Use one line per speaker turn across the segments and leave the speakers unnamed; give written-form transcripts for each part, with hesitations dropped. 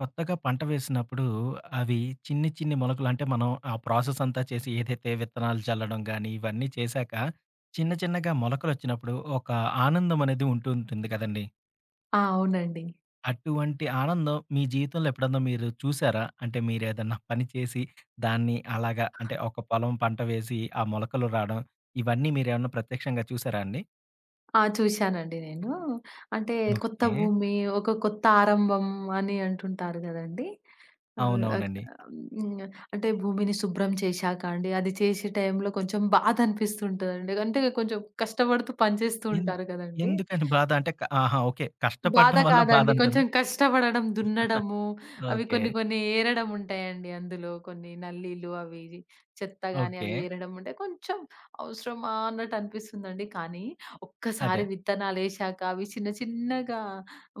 కొత్తగా పంట వేసినప్పుడు అవి చిన్ని చిన్ని మొలకలు, అంటే మనం ఆ ప్రాసెస్ అంతా చేసి, ఏదైతే విత్తనాలు చల్లడం కానీ ఇవన్నీ చేశాక చిన్న చిన్నగా మొలకలు వచ్చినప్పుడు ఒక ఆనందం అనేది ఉంటూ ఉంటుంది కదండి.
ఆ! అవునండి.
అటువంటి ఆనందం మీ జీవితంలో ఎప్పుడన్నా మీరు చూసారా? అంటే మీరు ఏదన్నా పని చేసి దాన్ని అలాగా, అంటే ఒక పొలం పంట వేసి ఆ మొలకలు రావడం ఇవన్నీ మీరు ఏమన్నా ప్రత్యక్షంగా చూసారా అండి?
ఆ! చూశానండి నేను. అంటే కొత్త
ఓకే,
భూమి, ఒక కొత్త ఆరంభం అని అంటుంటారు గదండీ! ఆహ్, అక్
అవునవునండి.
హ్మ్. అంటే భూమిని శుభ్రం చేశాక అండి, అది చేసే టైంలో కొంచెం బాధ అనిపిస్తుంటదండి. అంటే కొంచెం కష్టపడుతూ పని చేస్తూ
ఎన్-
ఉంటారు గదండీ!
ఎందుకని బాధ? అంటే ఆహా, ఓకే,
బాధ
కష్టపడడం వల్ల బాధ
కాదండి.
అంటుంది.
కొంచెం కష్టపడడం, దున్నడము, అవి
ఓకే,
కొన్ని కొన్ని ఏరడం ఉంటాయండి అందులో. కొన్ని నల్లీలు అవి ఇవి, చెత్త గాని
ఓకే.
అవి ఏరడం ఉంటే కొంచెం అవసరమా అన్నట్టు అనిపిస్తుందండి. కానీ
అదే.
ఒక్కసారి విత్తనాలేశాక అవి చిన్న చిన్నగా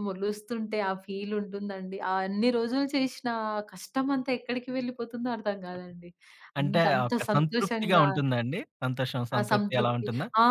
మొలుస్తుంటే ఆ ఫీల్ ఉంటుందండి. ఆ అన్ని రోజులు చేసిన ఆ కష్టం అంతా ఎక్కడికి వెళ్ళిపోతుందో అర్థం కాదండి.
అంటే
అంత అంత
ఒక సంతృప్తిగా
సంతోషంగా
ఉంటుందా అండి? సంతోషం,
ఆ
సంతృప్తి అలా
సంతృప్తి.
ఉంటుందా?
ఆ!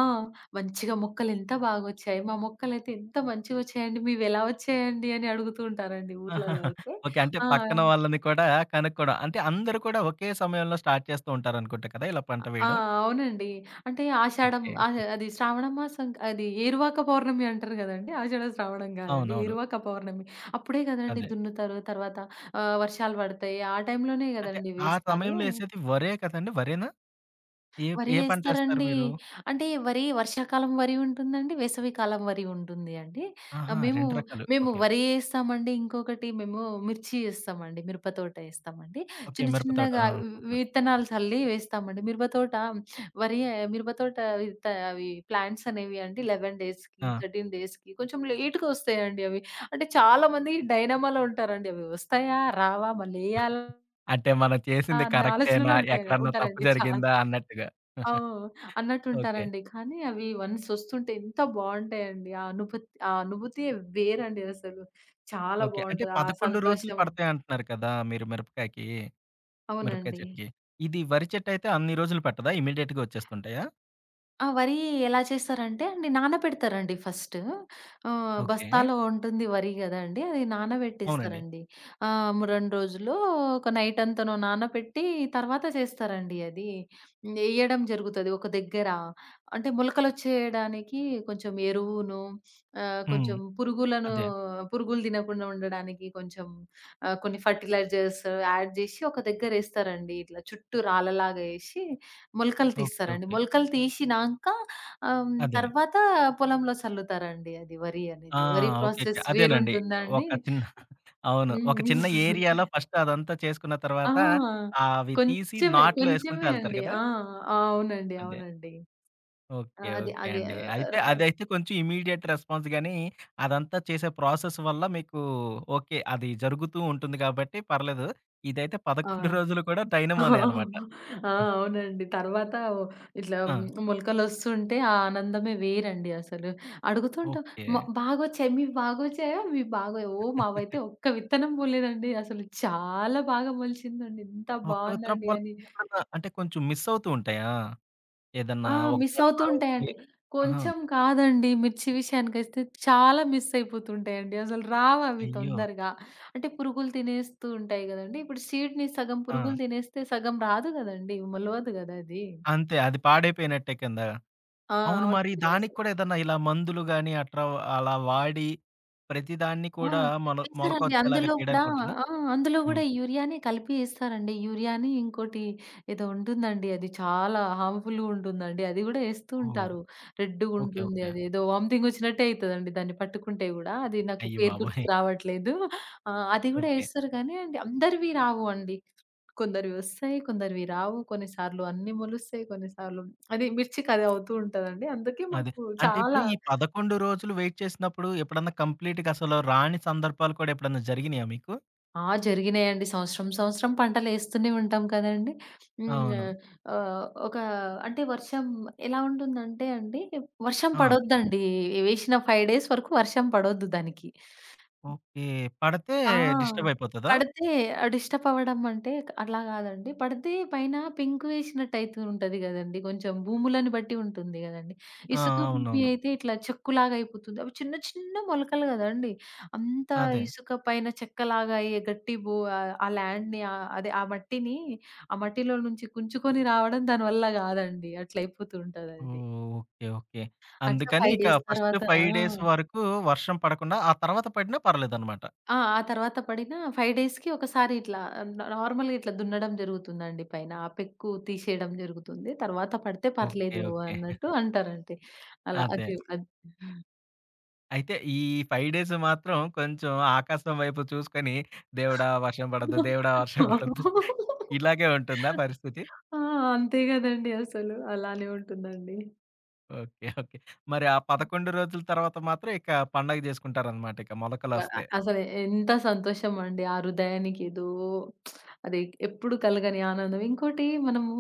మంచిగా మొక్కలెంత బాగొచ్చాయి. మా మొక్కలైతే ఎంత మంచిగొచ్చాయండి. మీవెలా వచ్చాయండి అని అడుగుతూ ఉంటారండి ఊర్లలో
ఆహాహా!
అయితే.
ఓకే. అంటే
ఆ!
పక్కన వాళ్ళని కూడా కనుక్కోవడం. అంటే అందరూ కూడా ఒకే సమయంలో స్టార్ట్ చేస్తూ ఉంటారనుకుంటా కదా, ఇలా పంట
ఆ!
వేయడం.
అవునండి. అంటే ఆషాఢం
ఓకే.
అది శ్రావణ మాసం అది ఏరువాక పౌర్ణమి అంటారు గదండీ! ఆషాఢ శ్రావణం గాదండి.
అవునవును.
ఏరువాక పౌర్ణమి. అప్పుడే గదండీ
అదే.
దున్నుతారు. తర్వాత వర్షాలు పడతాయి. ఆ టైంలోనే
అంటే
గదండీ
ఆ
వేస్తారు.
సమయంలో ఏసేది వరే కదండీ! వరేనా? ఏ
వరి
ఏ పంటేస్తారు
ఏస్తారండి.
మీరు?
అంటే వరి వర్షాకాలం వరి ఉంటుందండి. వేసవికాలం వరి ఉంటుంది అండి. ఆహ్,
ఆహా,
మేము,
2 రకాలు.
మేము
ఓకే.
వరి ఏస్తామండి. ఇంకొకటి మేము మిర్చి ఏస్తామండి. మిరప తోట ఏస్తామండి.
ఓకే.
చిన్న
మిరప తోట.
చిన్నగా
ఆ! సూపర్.
విత్తనాలు చల్లి వేస్తామండి. మిరప తోట వరి మిరప తోట విత్త అవి ప్లాంట్స్ అనేవి అండి 11 డేస్‌కి,
ఆ!
13 డేస్‌కి కొంచెం లేట్‌గా వస్తాయండి అవి. అంటే చాలామంది డైనమాలో ఉంటారండి. అవి వస్తాయా? రావా? మళ్ళేయాలా?
అంటే మనం చేసింది
అన్న
కరెక్టేనా?
ఆలోచనలో
ఎక్కడన్నా తప్పు
ఉంటారండి చాలా.
జరిగిందా అన్నట్టుగా.
ఓహ్!
ఓకే,
అన్నట్టుంటారండి. కానీ అవి వన్స్ వస్తుంటే ఎంత బావుంటాయండి. ఆ అనుభూతియే వేరండి అసలు. చాలా
ఓకే. అంటే
బావుంటది. ఆ
11 రోజులు
సంతోషం.
పడతాయంటున్నారు కదా, మీరు మిరపకాయకి, మిరపకాయ
అవునండి.
చెట్టుకి. ఇది వరి చెట్టయితే అన్ని రోజులు పట్టదా? ఇమ్మీడియేట్‌గా వచ్చేస్తుంటాయా?
ఆ! వరి ఎలా చేస్తారంటే అండి నానబెడతారండి ఫస్టు.
ఓకే.
బస్తాలో ఉంటుంది వరి గదండీ! అది
అవునండి.
నానబెట్టేస్తారండి. ఆహ్, ము 2 రోజులో ఒక నైట్ అంతనో నానపెట్టి తర్వాత చేస్తారండి అది. ఎయ్యడం జరుగుతది ఒక దగ్గర. అంటే మొలకలొచ్చేయడానికి కొంచెం ఎరువును,
హ్మ్.
కొంచెం పురుగులను
అదే.
పురుగులు తినకుండా ఉండడానికి కొంచెం కొన్ని ఫర్టిలైజర్స్ యాడ్ జేసి ఒక దగ్గరేస్తారండి. ఇట్లా చుట్టూ రాళ్ళలాగా ఏసి మొలకలు
ఓకే,
తీస్తారండి.
ఓకే.
మొలకలు తీసినాంక
అదేనండి.
తర్వాత పొలంలో చల్లుతారండి అది వరి
ఆ!
అనేది. వరి
ఓకే, ఓకే.
ప్రాసెస్
అదేనండి.
వేరుంటుందండి.
ఒక చిన్న అవును. ఒక
హ్మ్.
చిన్న ఏరియాలో ఫస్ట్ అదంతా చేసుకున్న
ఆ!
తర్వాత, అవి తీసి
కొంచెమే,
నాట్లో యేసుకుంటూ
కొంచెమే
ఎళ్తారు
అండి.
కదా.
ఆ! అవునండి.
అదే.
అవునండి.
ఓకే.
అది
ఓకే
అది
అండి.
ఆహ్,
అయితే
ర
అదైతే కొంచెం ఇమ్మీడియేట్ రెస్పాన్స్ గానీ, అదంతా చేసే ప్రాసెస్ వల్ల మీకు ఓకే, అది జరుగుతూ ఉంటుంది కాబట్టి పర్లేదు. ఇదైతే
ఆ!
11 రోజులు కూడా డైనమోనే అనమాట.
ఆ! అవునండి. తర్వాత ఇట్లా
ఆ!
మొలకలొస్తుంటే ఆ ఆనందమే వేరండి అసలు. అడుగుతుంటాం
ఓకే.
బాగొచ్చాయి, మీవి బాగొచ్చాయా? మీవి బాగా ఓ మావైతే ఒక్క విత్తనం పోలేదండి. అసలు చాలా బాగా మొలిచిందండి. ఎంత
ఒక్క విత్తనం
బావుందండి అని.
పొలానికి ఎప్పుడన్నా అంటే కొంచెం మిస్ అవుతూ ఉంటాయా? ఏదన్నా
ఆ!
ఒక
మిస్
చోట
అవుతూ
వచ్చి
ఉంటాయండి.
ఆహా!
కొంచెం కాదండి. మిర్చి విషయానికొస్తే చాలా మిస్ అయిపోతుంటాయండి. అసలు రావవి
అయ్యో!
తొందరగా. అంటే పురుగులు తినేస్తూ ఉంటాయి గదండీ! ఇప్పుడు సీడ్‌ని సగం
ఆ!
పురుగులు తినేస్తే సగం రాదు గదండీ! మొలవదు గదా! అది.
అంతే. అది పాడైపోయినట్టే కింద.
ఆ!
అవును. మరి
అవునండి.
దానికి
అసలు.
కూడా ఏదన్నా ఇలా మందులు గాని అట్రా అలా వాడి ప్రతి దాన్ని
ఆ!
కూడా మొల
వేశారండి.
మొలకొచ్చేలాగా
అందులో గూడా
చేయడానికుంటుందా?
ఆ! అందులో
హ్మ్.
గూడా యూరియానే కలిపి ఏస్తారండి. యూరియాని ఇంకోటి ఏదో ఉంటుందండి. అది చాలా హార్మ్‌ఫుల్‌గా ఉంటుందండి. అది గూడా ఏస్తూ
ఓహ్!
ఉంటారు.
ఓకే,
రెడ్‌గుంటుంది
ఓకే.
అది. ఏదో వామిటింగ్ వచ్చినట్టే అయితదండి దాన్ని పట్టుకుంటే గూడా. అది నాకు
అయ్య
పేరు
బాబోయ్!
గుర్తుకు రావట్లేదు. ఆ! అది గూడా
ఓకే.
ఏస్తారు కానీ అండి అందరివి రావు అండి. కొందరివి వస్తాయి. కొందరివి రావు. కొన్నిసార్లు అన్నీ మొలుస్తాయి. కొన్నిసార్లు మిర్చికి అది అవుతూ ఉంటదండి. అందుకే
అదే.
మాకు
అంటే ఇప్పుడు
చాలా
ఈ 11 రోజులు వెయిట్ చేసినప్పుడు ఎప్పుడన్నా కంప్లీట్‌గా అసలు రాని సందర్భాలు కూడా ఎప్పుడన్నా జరిగినాయా మీకు?
ఆ! జరిగినాయండి. సంవత్సరం, సంవత్సరం పంటలేస్తూనే ఉంటాం కదండీ. హ్మ్.
అవును.
ఆహ్, ఒక అంటే వర్షం ఎలా ఉంటుందంటే అండి, వర్షం
ఆ, చెప్పండి.
పడొద్దండి. వేసిన 5 డేస్ వరకు వర్షం పడొద్దు దానికి.
ఓకే. పడితే
ఆ!
డిస్టర్బ్ అయిపోతదా?
పడితే డిస్టర్బ్ అవ్వడం అంటే అట్లా కాదండి. పడితే పైన పెంకు వేసినట్టయితూ ఉంటది గదండీ. కొంచెం భూములను బట్టి ఉంటుంది గదండీ.
ఆ!
ఇసుక భూమి
అవునవును.
అయితే ఇట్లా చెక్కులాగా అయిపోతుంది. అవి చిన్న చిన్న మొలకలు గదండీ. అంత
అదే.
ఇసుక పైన చెక్కలాగా అయ్యి గట్టి భూ ఆహ్, ఆ ల్యాండ్‌ని ఆహ్, అదే ఆ మట్టిని ఆ మట్టిలో నుంచి కుంచుకొని రావడం దాని వల్ల గాదండి. అట్లా అయిపోతూ
ఓహ్!
ఉంటదది.
Okay, okay.
అట్లా
అందుకని
5
ఇక
డేస్
ఫస్ట్
తర్వాత ఆ!
5 డేస్ వరకు వర్షం పడకుండా, ఆ తర్వాత పడినా పర్లేదనమాట.
ఆ! ఆ తర్వాత పడిన 5 డేస్‌కి ఒకసారి ఇట్లా నార్మల్‌గా ఇట్లా దున్నడం జరుగుతుందండి పైన. ఆ పెక్కు తీసేయడం జరుగుతుంది. తర్వాత పడితే
ఓకే,
పర్లేదు
ఓకే.
అన్నట్టు అంటారండి. అలా
అదే.
అది అది
అయితే ఈ 5 డేస్ మాత్రం కొంచెం ఆకాశం వైపు చూసుకొని, దేవుడా వర్షం పడొద్దు, దేవుడా వర్షం పడొద్దు, ఇలాగే ఉంటుందా పరిస్థితి?
ఆ! అంతే గదండీ అసలు. అలానే ఉంటుందండి.
Okay, okay. మరి ఆ 11 రోజుల తర్వాత మాత్రం ఇక పండగ జేసుకుంటారనమాట ఇక
అ
మొలకలొస్తే.
అసలు ఎంత సంతోషం అండి. ఆ హృదయానికి ఏదో అది ఎప్పుడు కలగని ఆనందం. ఇంకోటి మనము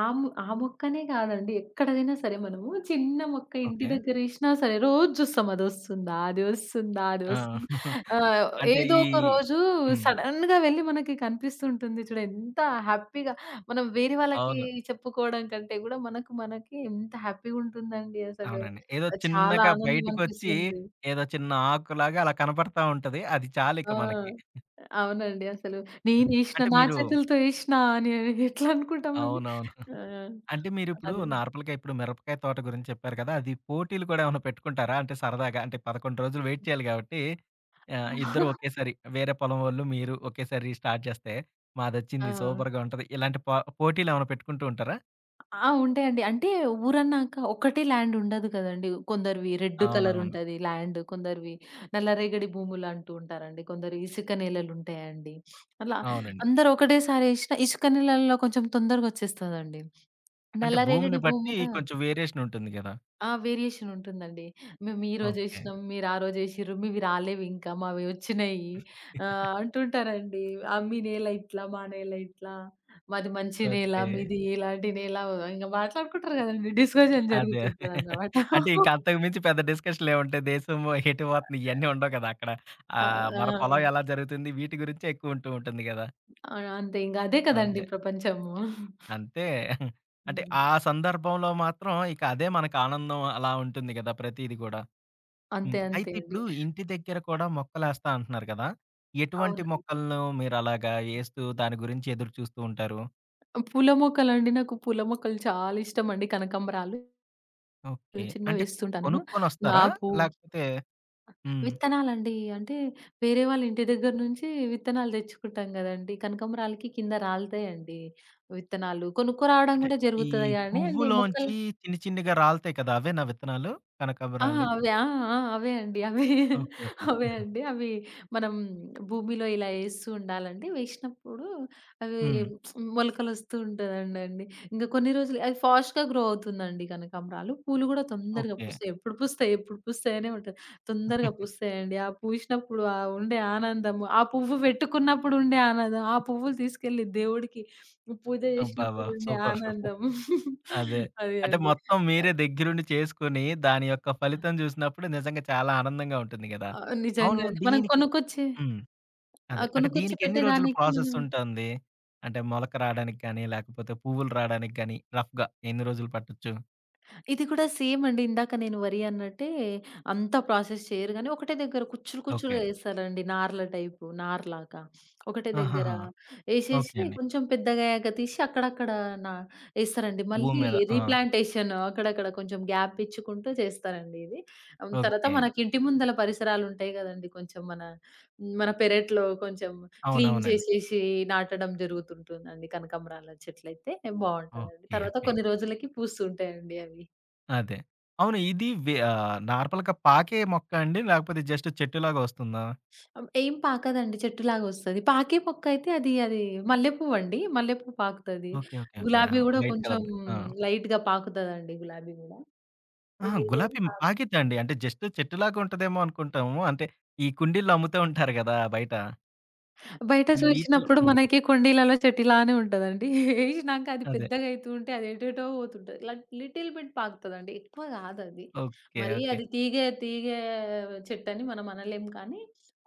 ఆ మొక్కనే కాదండి. ఎక్కడైనా సరే మనము చిన్న మొక్క ఇంటి
ఓకే.
దగ్గరేసినా సరే రోజు చూస్తాం. అదొస్తుందా? అది వస్తుందా? అది
ఆ!
వస్తుందా? ఆహ్,
అంటే
ఏదో
ఈ
ఒక రోజు
హ్మ్.
సడెన్‌గా వెళ్లి మనకి కనిపిస్తుంటుంది చూడు. ఎంత హ్యాపీగా మనం వేరే వాళ్ళకి
అవును.
చెప్పుకోవడం కంటే కూడా మనకు మనకి ఎంత హ్యాపీగా ఉంటుందండి అసలు.
అవునండి. ఏదో
చాలా
చిన్నగా
ఆనందం
బయటికొచ్చి
అనిపిస్తుంది.
ఏదో చిన్న ఆకులాగా అలా కనపడతా ఉంటది. అది చాలిక
ఆ!
మనకి.
అవునండి. అసలు నేను ఏషినా,
అంటే
నా
మీరు
చేతులతో ఏషినా అని ఎట్లా అనుకుంటామండి.
అవునవును.
ఆ!
అంటే మీరిప్పుడు
అది.
నార్మల్‌గా ఇప్పుడు మిరపకాయ తోట గురించి చెప్పారు కదా, అది పోటీలు కూడా ఏమన్నా పెట్టుకుంటారా? అంటే సరదాగా, అంటే 11 రోజులు వెయిట్ చేయాలి కాబట్టి, ఇద్దరు ఒకేసారి వేరే పొలం వోళ్ళు, మీరు ఒకేసారి స్టార్ట్ చేస్తే మాదొచ్చింది
ఆ!
సూపర్‌గా ఉంటది, ఇలాంటి పోటీలు ఏమైనా పెట్టుకుంటూ ఉంటారా?
ఆ! ఉంటాయండి. అంటే ఊరన్నాక ఒకటే ల్యాండ్ ఉండదు కదండీ. కొందరివి రెడ్ కలర్
అవునవును.
ఉంటది ల్యాండ్, కొందరివి నల్లరేగడి భూములు అంటూ ఉంటారండి. కొందరు ఇసుక నేలలు ఉంటాయండి. అలా
అవునండి.
అందరూ ఒకటేసారి ఏషినా ఇసుక నేలల్లో కొంచెం తొందరగా వచ్చేస్తదండి.
అంటే భూమిని
నల్లరేగడి
బట్టి
భూముల
కొంచెం వేరియేషన్ ఉంటుంది గదా.
ఆ! వేరియేషన్ ఉంటుందండి. మేము ఈరోజు హ్మ్.
ఓకే,
ఏసినాం, మీరు ఆ రోజు ఏసిర్రు, మీవి రాలేవింకా మావి వచ్చినయి అంటుంటారండి. మీ నేల ఇట్లా, మా నేల ఇట్లా, మాది మంచి నేల,
ఓకే.
మీది ఎలాంటి నేల ఇంగ మాట్లాడుకుంటారు గదండీ. డిస్కషన్
అదే.
జరుగుతుంటదన్నమాట.
అంటే ఇంక అంతకు మించి పెద్ద డిస్కషన్‌లేముంటాయి. దేశం ఎటు పోతుంది, ఇయన్నీ ఉండవు కదా అక్కడ.
ఆ!
మన పొలం
ఆ!
ఎలా జరుగుతుంది, వీటి గురించే ఎక్కువ ఉంటూ ఉంటుంది గదా.
ఆ! అంతే ఇంగ అదే కదండీ
అదే.
ప్రపంచము.
అంతే. అంటే
హ్మ్.
ఆ సందర్భంలో మాత్రం ఇక అదే మనకు ఆనందం అలా ఉంటుంది గదా, ప్రతీది గూడా.
అంతే
హ్మ్.
అంతే
అయితే
అండి.
ఇప్పుడు ఇంటి దగ్గర కూడా మొక్కలేస్తా అంటున్నారు కదా, ఎటువంటి
అవునండి.
మొక్కలను మీరలాగా ఏస్తూ దాని గురించి ఎదురు చూస్తూ ఉంటారు?
పూల మొక్కలండి నాకు పూల మొక్కలు చాలా ఇష్టమండి. కనకంబరాలు
ఓకే. అంటే
చిన్నవేస్తుంటా నేను. ఆ
కొనుక్కొనొస్తారా?
పూ
లేకపోతే హ్మ్.
విత్తనాలండి. అంటే వేరే వాళ్ళ ఇంటి దగ్గర నుంచి విత్తనాలు తెచ్చుకుంటాం గదండీ. కనకంబరాలకి కింద రాలుతాయండి విత్తనాలు. కొనుక్కోరావడం
అంటే
గూడా
ఈ
జరుగుతది గానీ అండి మొక్కలు
పువ్వులోంచి చిన్ని చిన్నిగా రాలుతాయి కదా, అవేనా విత్తనాలు?
ఆ!
కనకాంబరాలి.
అవే. ఆ! ఆ! అవే అండి. అవే.
Okay, okay.
అవే అండి. అవి మనం భూమిలో ఇలా ఏస్తూ ఉండాలండి. వేసినప్పుడు అవి
హ్మ్.
మొలకలొస్తూ ఉంటదండండి. ఇంక కొన్ని రోజులు అది ఫాస్ట్‌గా గ్రో అవుతుందండి కనకాంబరాలు. పూలు గూడా తొందరగా
ఓకే.
పూస్తాయి. ఎప్పుడు పూస్తాయి, ఎప్పుడు పూస్తాయనే ఉంటది. తొందరగా పూస్తాయండి. ఆ పూసినప్పుడు ఆ ఉండే ఆనందము, ఆ పువ్వు పెట్టుకున్నప్పుడు ఉండే ఆనందం, ఆ పువ్వులు తీసుకెళ్ళి దేవుడికి పూజ
అబ్బబ్బా!
చేసినప్పుడు ఉండే
సూపర్, సూపర్.
ఆనందం.
అదే.
అదే
అంటే
అండి.
మొత్తం మీరే దగ్గరుండి చేసుకొని, దాని యొక్క ఫలితం జూసినప్పుడు నిజంగా చాలా ఆనందంగా ఉంటుంది గదా.
ఆ!
అవును.
నిజంగా అండి. మనం
దీనికి
కొనుక్కొచ్చి
హ్మ్.
ఆ!
అదే. అంటే
కొనుక్కొచ్చి
దీనికి ఎన్ని రోజులు
పెట్టేదానికి
ప్రాసెస్
మనం
ఉంటుంది? అంటే మొలక రాడానికి గాని, లేకపోతే పువ్వులు రాడానికి గాని, రఫ్‌గా ఎన్ని రోజులు పట్టొచ్చు?
ఇది కూడా సేమ్ అండి. ఇందాక నేను వరి అన్నట్టే అంతా ప్రాసెస్ చేయరు గానీ, ఒకటే దగ్గర కుచ్చులు
ఓకే.
కుచ్చులుగా ఏస్తారండి. నార్ల టైపు, నార్‌లాగా. ఒకటే దగ్గర
ఆహాహా! ఓకే
ఏసేసి
అండి.
కొంచెం పెద్దగయ్యాక తీసి అక్కడక్కడ నా ఏస్తారండి.
భూమి
మళ్ళీ
మీద. ఆ!
రీప్లాంటేషన్ అక్కడక్కడ కొంచెం గ్యాప్ ఇచ్చుకుంటూ చేస్తారండి ఇది. హ్మ్. తర్వాత
ఓకే.
మనకి ఇంటి ముందల పరిసరాలుంటాయి గదండీ! కొంచెం మన మన పెరట్లో కొంచెం క్లీన్
అవునవునండి.
చేసేసి నాటడం జరుగుతుంటుందండి. కనకంబరాల చెట్లయితే బావుంటదండి.
ఓకే,
తర్వాత
ఓకే.
కొన్ని రోజులకి పూస్తూ ఉంటాయండి అవి.
అదే. అవును. నార్మల్‌గా పాకే మొక్క అండి? లేకపోతే జస్ట్ చెట్టులాగా వస్తుందా?
ఏం పాకదండి. చెట్టులాగొస్తది. పాకే మొక్కయితే అది అది మల్లెపువ్వండి. మల్లెపువ్వు పాకుతది.
Okay, okay, okay. ఆ!
గులాబీ గూడా
వైట్
కొంచెం
కలర్‌ది. ఆ!
లైట్‌గా పాకుతదండి గులాబీ గూడా.
అహా,
ఇది ఇదేం
గులాబీ
కాదు.
పాకిద్దండి. అంటే జస్ట్ చెట్టులాగా ఉంటదేమో అనుకుంటాము. అంటే ఈ కుండీల్లో అమ్ముతూ ఉంటారు గదా బయట.
బయట
ఈ వీటిలో
చూసినప్పుడు
హ్మ్.
మనకి కుండీలలో చెట్టులానే ఉంటదండి. ఏసినాక అది
అదే.
పెద్దగయితూ ఉంటే అది ఎటేటో పోతుంటది. Little bit పాకుతదండి. ఎక్కువ గాదది.
ఓకే,
మరీ
ఓకే.
అది తీగే తీగే చెట్టని మనం అనలేం కానీ,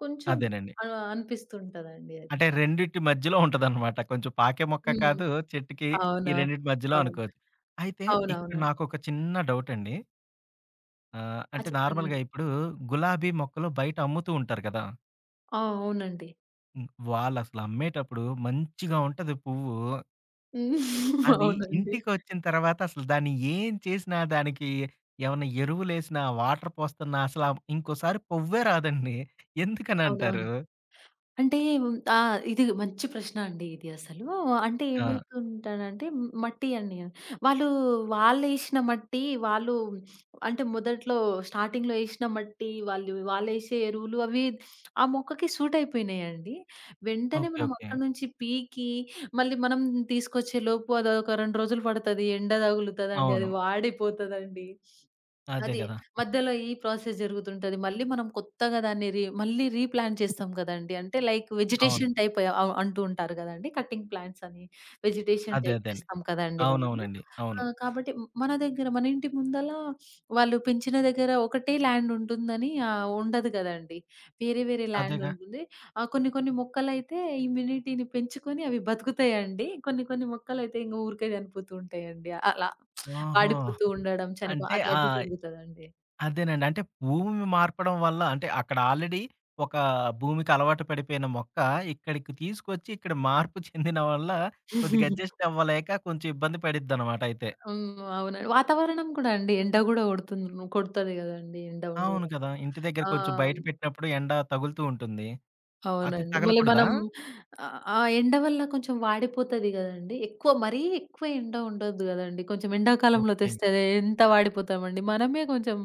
కొంచెం
అదేనండి.
అనిపిస్తుంటదండి అది.
అంటే రెండిటి మధ్యలో ఉంటదనమాట. కొంచెం పాకే మొక్క
హ్మ్.
కాదు, చెట్టుకి ఈ
అవునా!
రెండిటి మధ్యలో
అవును.
అనుకోవచ్చు. అయితే ఇక్కడ
అవునవునండి.
నాకొక చిన్న డౌటండి.
ఆ!
అంటే నార్మల్‌గా
చెప్పండండి.
ఇప్పుడు గులాబీ మొక్కలు బయట అమ్ముతూ ఉంటారు కదా.
ఆ! అవునండి.
హ్మ్. వాళ్ళసలు అమ్మేటప్పుడు మంచిగా ఉంటది పువ్వు,
హ్మ్.
అది
అవునండి.
ఇంటికొచ్చిన తర్వాత అసలు దాన్ని ఏం చేసినా, దానికి ఏమన్నా ఎరువులేసినా, వాటర్ పోస్తున్నా అసల ఇంకోసారి పొవ్వే రాదండి.
అవునవును.
ఎందుకనంటారు?
అంటే ఆ! ఇది మంచి ప్రశ్న అండి ఇది అసలు. అంటే
ఆ!
ఏమవుతుంటాడంటే మట్టి అని వాళ్ళు వాళ్ళేసిన మట్టి, వాళ్ళు అంటే మొదట్లో స్టార్టింగ్‌లో ఏసిన మట్టి, వాళ్ళు వాళ్ళేసే ఎరువులు అవి ఆ మొక్కకి సూట్ అయిపోయినాయండి. వెంటనే
ఓకే,
మనం
ఓకే.
అక్కడి నుంచి పీకి మళ్ళీ మనం తీసుకొచ్చే లోపు అదొక 2 రోజులు పడతది. ఎండ తగులుతదండి. అది
అవును.
వాడిపోతదండి.
అదే
అది.
గదా.
మధ్యలో ఈ ప్రాసెస్ జరుగుతుంటది. మళ్ళీ మనం కొత్తగా దాన్ని మళ్ళీ రీప్లాంట్ చేస్తాం కదండీ. అంటే లైక్
అవును.
వెజిటేషన్ టైప్ అ అంటూ ఉంటారు కదండీ. కటింగ్ ప్లాంట్స్ అని, వెజిటేషన్
అదే.
టైప్
అదే అండి.
చేస్తాం కదండీ మనము.
అవునవునండి.
ఆ!
అవును.
కాబట్టి మన దగ్గర మన ఇంటి ముందల వాళ్ళు పెంచిన దగ్గర ఒకటే ల్యాండ్ ఉంటుందని ఉండదు కదండీ. వేరే వేరే ల్యాండ్
అదేగా!
ఉంటుంది. కొన్ని కొన్ని మొక్కలైతే ఇమ్యూనిటీని పెంచుకొని అవి బతుకుతాయండి. కొన్ని కొన్ని మొక్కలైతే ఇంక ఊరికే చనిపోతూ ఉంటాయండి. అలా.
ఓహో!
వాడిపోతూ ఉండడం, చనిపో
అంటే
అట్లా
ఆ!
అది జరుగుతదండి.
అదేనండి. అంటే భూమి మార్పడం వల్ల అంటే అక్కడ ఆల్రెడీ ఒక భూమికి అలవాటు పడిపోయిన మొక్క ఇక్కడికి తీసుకొచ్చి ఇక్కడ మార్పు చెందిన వల్ల కొద్దిగా అడ్జస్ట్ అవ్వలేక కొంచెం ఇబ్బంది పడిద్దనమాట అయితే.
హ్మ్. అవునండి. వాతావరణం కూడా అండి. ఎండ గూడా కొడుతుంది కొడతది గదండీ! ఎండ
అవును
ఉండడం.
కదా, ఇంటి దగ్గర
ఆ!
కొంచెం బయట పెట్టినప్పుడు ఎండ తగులుతూ ఉంటుంది. అది
అవునండి. మళ్ళీ
తగలకూడదా?
మనం ఆ ఎండ వల్ల కొంచెం వాడిపోతది గదండీ! ఎక్కువ మరీ ఎక్కువ ఎండ ఉండొద్దు గదండీ! కొంచెం ఎండాకాలంలో
ఓకే.
తెస్తే ఎంత వాడిపోతామండి. మనమే కొంచెం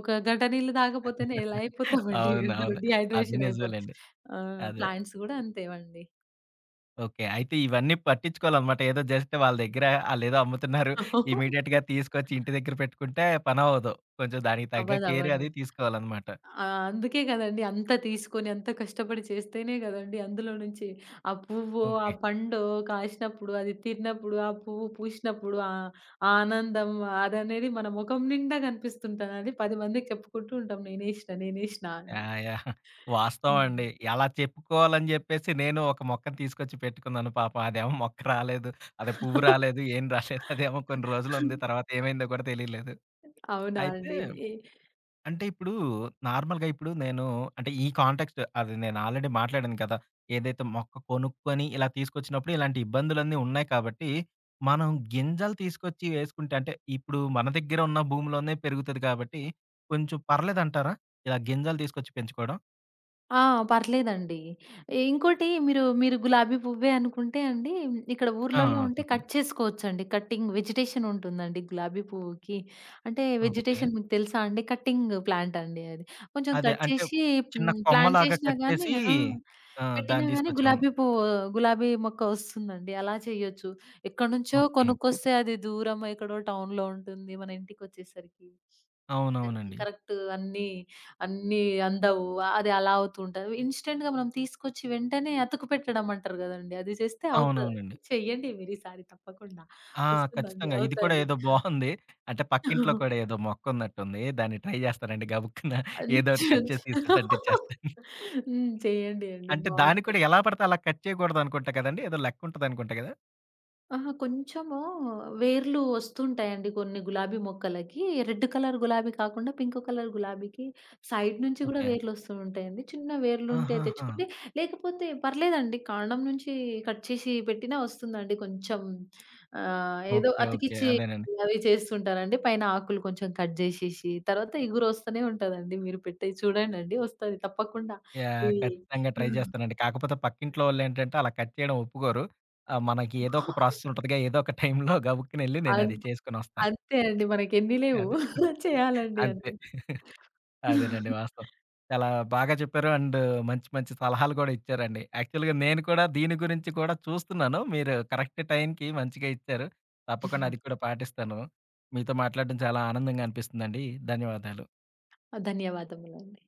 ఒక గంట నీళ్ళు తాగపోతేనే ఎలా అయిపోతామండి.
అవును,
ఎండలో
అవును. అది
డీహైడ్రేషన్ అయిపోతాం.
నిజమేలెండి.
ఆ!
అదే.
ప్లాంట్స్ గూడా అంతేవండి.
ఓకే. అయితే ఇవన్నీ పట్టించుకోవాలన్నమాట. ఏదో జస్ట్ వాళ్ళ దగ్గర ఆళ్ళేదో అమ్ముతున్నారు, ఇమ్మీడియేట్‌గా తీసుకొచ్చి ఇంటి దగ్గర పెట్టుకుంటే పనవ్వదు. కొంచెం దానికి తగ్గ కేర్
అవ్వదవ్వదు.
అది తీసుకోవాలన్నమాట.
ఆ! అందుకే గదండీ! అంత తీసుకొని, అంత కష్టపడి చేస్తేనే గదండీ! అందులో నుంచి ఆ పువ్వో, ఆ
ఓకే.
పండో కాసినప్పుడు, అది తిన్నప్పుడు, ఆ పువ్వు పూసినప్పుడు, ఆ ఆనందం అదనేది మన మొఖం నిండా గనిపిస్తుంటదండి. 10 మందికి చెప్పుకుంటూ ఉంటాం నేనేషిన, నేనేషిన అని.
Yeah, yeah! వాస్తవం
హ్మ్.
అండి. అలా చెప్పుకోవాలని జెప్పేసి నేను ఒక మొక్కని తీసుకొచ్చి పెట్టుకున్నాను పాపం. అదేమో మొక్క రాలేదు, అదే పువ్వు రాలేదు. ఏం రాలేదు. అదేమో కొన్ని రోజులుంది, తర్వాత ఏమైందో కూడా తెలియలేదు.
అవునా
అయితే
అండి. ఏ
అంటే ఇప్పుడు నార్మల్‌గా ఇప్పుడు నేను, అంటే ఈ కాంటెక్స్ట్ అది నేను ఆల్రెడీ మాట్లాడాను కదా, ఏదైతే మొక్క కొనుక్కొని ఇలా తీసుకొచ్చినప్పుడు ఇలాంటి ఇబ్బందులన్నీ ఉన్నాయి కాబట్టి, మనం గింజలు తీసుకొచ్చి వేసుకుంటే, అంటే ఇప్పుడు మన దగ్గర ఉన్న భూమిలోనే పెరుగుతది కాబట్టి కొంచెం పర్లేదంటారా? ఇలా గింజలు తీసుకొచ్చి పెంచుకోవడం?
ఆ! పర్లేదండి. ఇంకోటి మీరు గులాబీ పువ్వే అనుకుంటే అండి, ఇక్కడ
ఆ,
ఊర్లలో ఉంటే
చెప్పండి.
కట్ చేసుకోవచ్చండి. కట్టింగ్ వెజిటేషన్ ఉంటుందండి గులాబీ పువ్వుకి. అంటే
ఓకే.
వెజిటేషన్ మీకు తెలుసా అండి? కట్టింగ్ ప్లాంట్ అండి అది. కొంచెం
అదే,
కట్
అంటే
చేసి
చిన్న
హ్మ్, ప్లాంట్
కొమ్మలాగా
చేసినా గానీ
కట్టేసి
ఆ!
ఆ,
పెట్టినా
దాన్ని
గానీ
తీసుకొచ్చి, అవును.
గులాబీ పువ్వు, గులాబీ మొక్క వస్తుందండి. అలా చేయొచ్చు. ఎక్కడి నుంచో
ఓకే.
కొనుక్కొస్తే అది దూరం ఎక్కడో టౌన్‌లో ఉంటుంది. మన ఇంటికొచ్చేసరికి దానికి
అవునవునండి.
కరెక్ట్ అన్నీ అందవు. అది అలా అవుతూ ఉంటది. ఇన్‌స్టంట్‌గా మనం తీసుకొచ్చి వెంటనే అతుకు పెట్టడం అంటారు గదండీ! అది చేస్తే అవుతదండి.
అవునవునండి.
చెయ్యండి మీరీసారి తప్పకుండా.
ఆ!
వస్తుందండి.
ఖచ్చితంగా. ఇది కూడా
అవుతది.
ఏదో బావుంది. అంటే పక్కింట్లో కూడా ఏదో మొక్కున్నట్టుంది. దాన్ని ట్రై చేస్తానండి, గబుక్కున ఏదో ఒకటి
అంచు
కట్ చేసి తీసుకొచ్చి అంటించేస్తాను.
హ్మ్. చేయండి అండి.
అంటే దాన్ని
బావుంటది.
కూడా ఎలా పడితే అలా కట్ చేయకూడదనుకుంటా కదండీ, ఏదో లెక్కుంటదనుకుంటా కదా.
అహా! కొంచెము వేర్లు వస్తుంటాయండి కొన్ని గులాబీ మొక్కలకి. రెడ్ కలర్ గులాబీ కాకుండా పింక్ కలర్ గులాబీకి సైడ్ నుంచి గూడా
ఓకే.
వేర్లొస్తూ ఉంటాయండి. చిన్న వేర్లుంటే
ఆహాహా!
తెచ్చుకుంటే లేకపోతే పర్లేదండి. కాండం నుంచి కట్ చేసి పెట్టినా వస్తుందండి. కొంచెం ఏదో
ఓకే, ఓకే.
అతికిచ్చి
అదేనండి.
అవి చేస్తుంటారండి. పైన ఆకులు కొంచెం కట్ జేసేసి తర్వాత ఇగురొస్తూనే ఉంటదండి. మీరు పెట్టేయి చూడండండి వస్తది తప్పకుండా.
యాహ్!
ఇవి
ఖచ్చితంగా ట్రై
హ్మ్.
చేస్తానండి. కాకపోతే పక్కింట్లో వాళ్ళేంటంటే అలా కట్ చేయడం ఒప్పుకోరు. మనకి ఏదో ఒక ప్రాసెస్ ఉంటదిగా, ఏదో ఒక టైంలో గబుక్కునెళ్లి
అన్
నేనది చేసుకొనొస్తా.
అంతే అండి. మనకెన్ని లేవు.
అదే.
చేయాలండి
అంతే.
అన్నీ.
అదేనండి, వాస్తవం. చాలా బాగా చెప్పారు. అండ్ మంచి మంచి సలహాలు కూడా ఇచ్చారండి. యాక్చువల్‌గా నేను కూడా దీని గురించి కూడా చూస్తున్నాను. మీరు కరెక్ట్ టైంకి మంచిగా ఇచ్చారు. తప్పకుండా అది కూడా పాటిస్తాను. మీతో మాట్లాడడం చాలా ఆనందంగా అనిపిస్తుందండి. ధన్యవాదాలు.
ధన్యవాదములండి.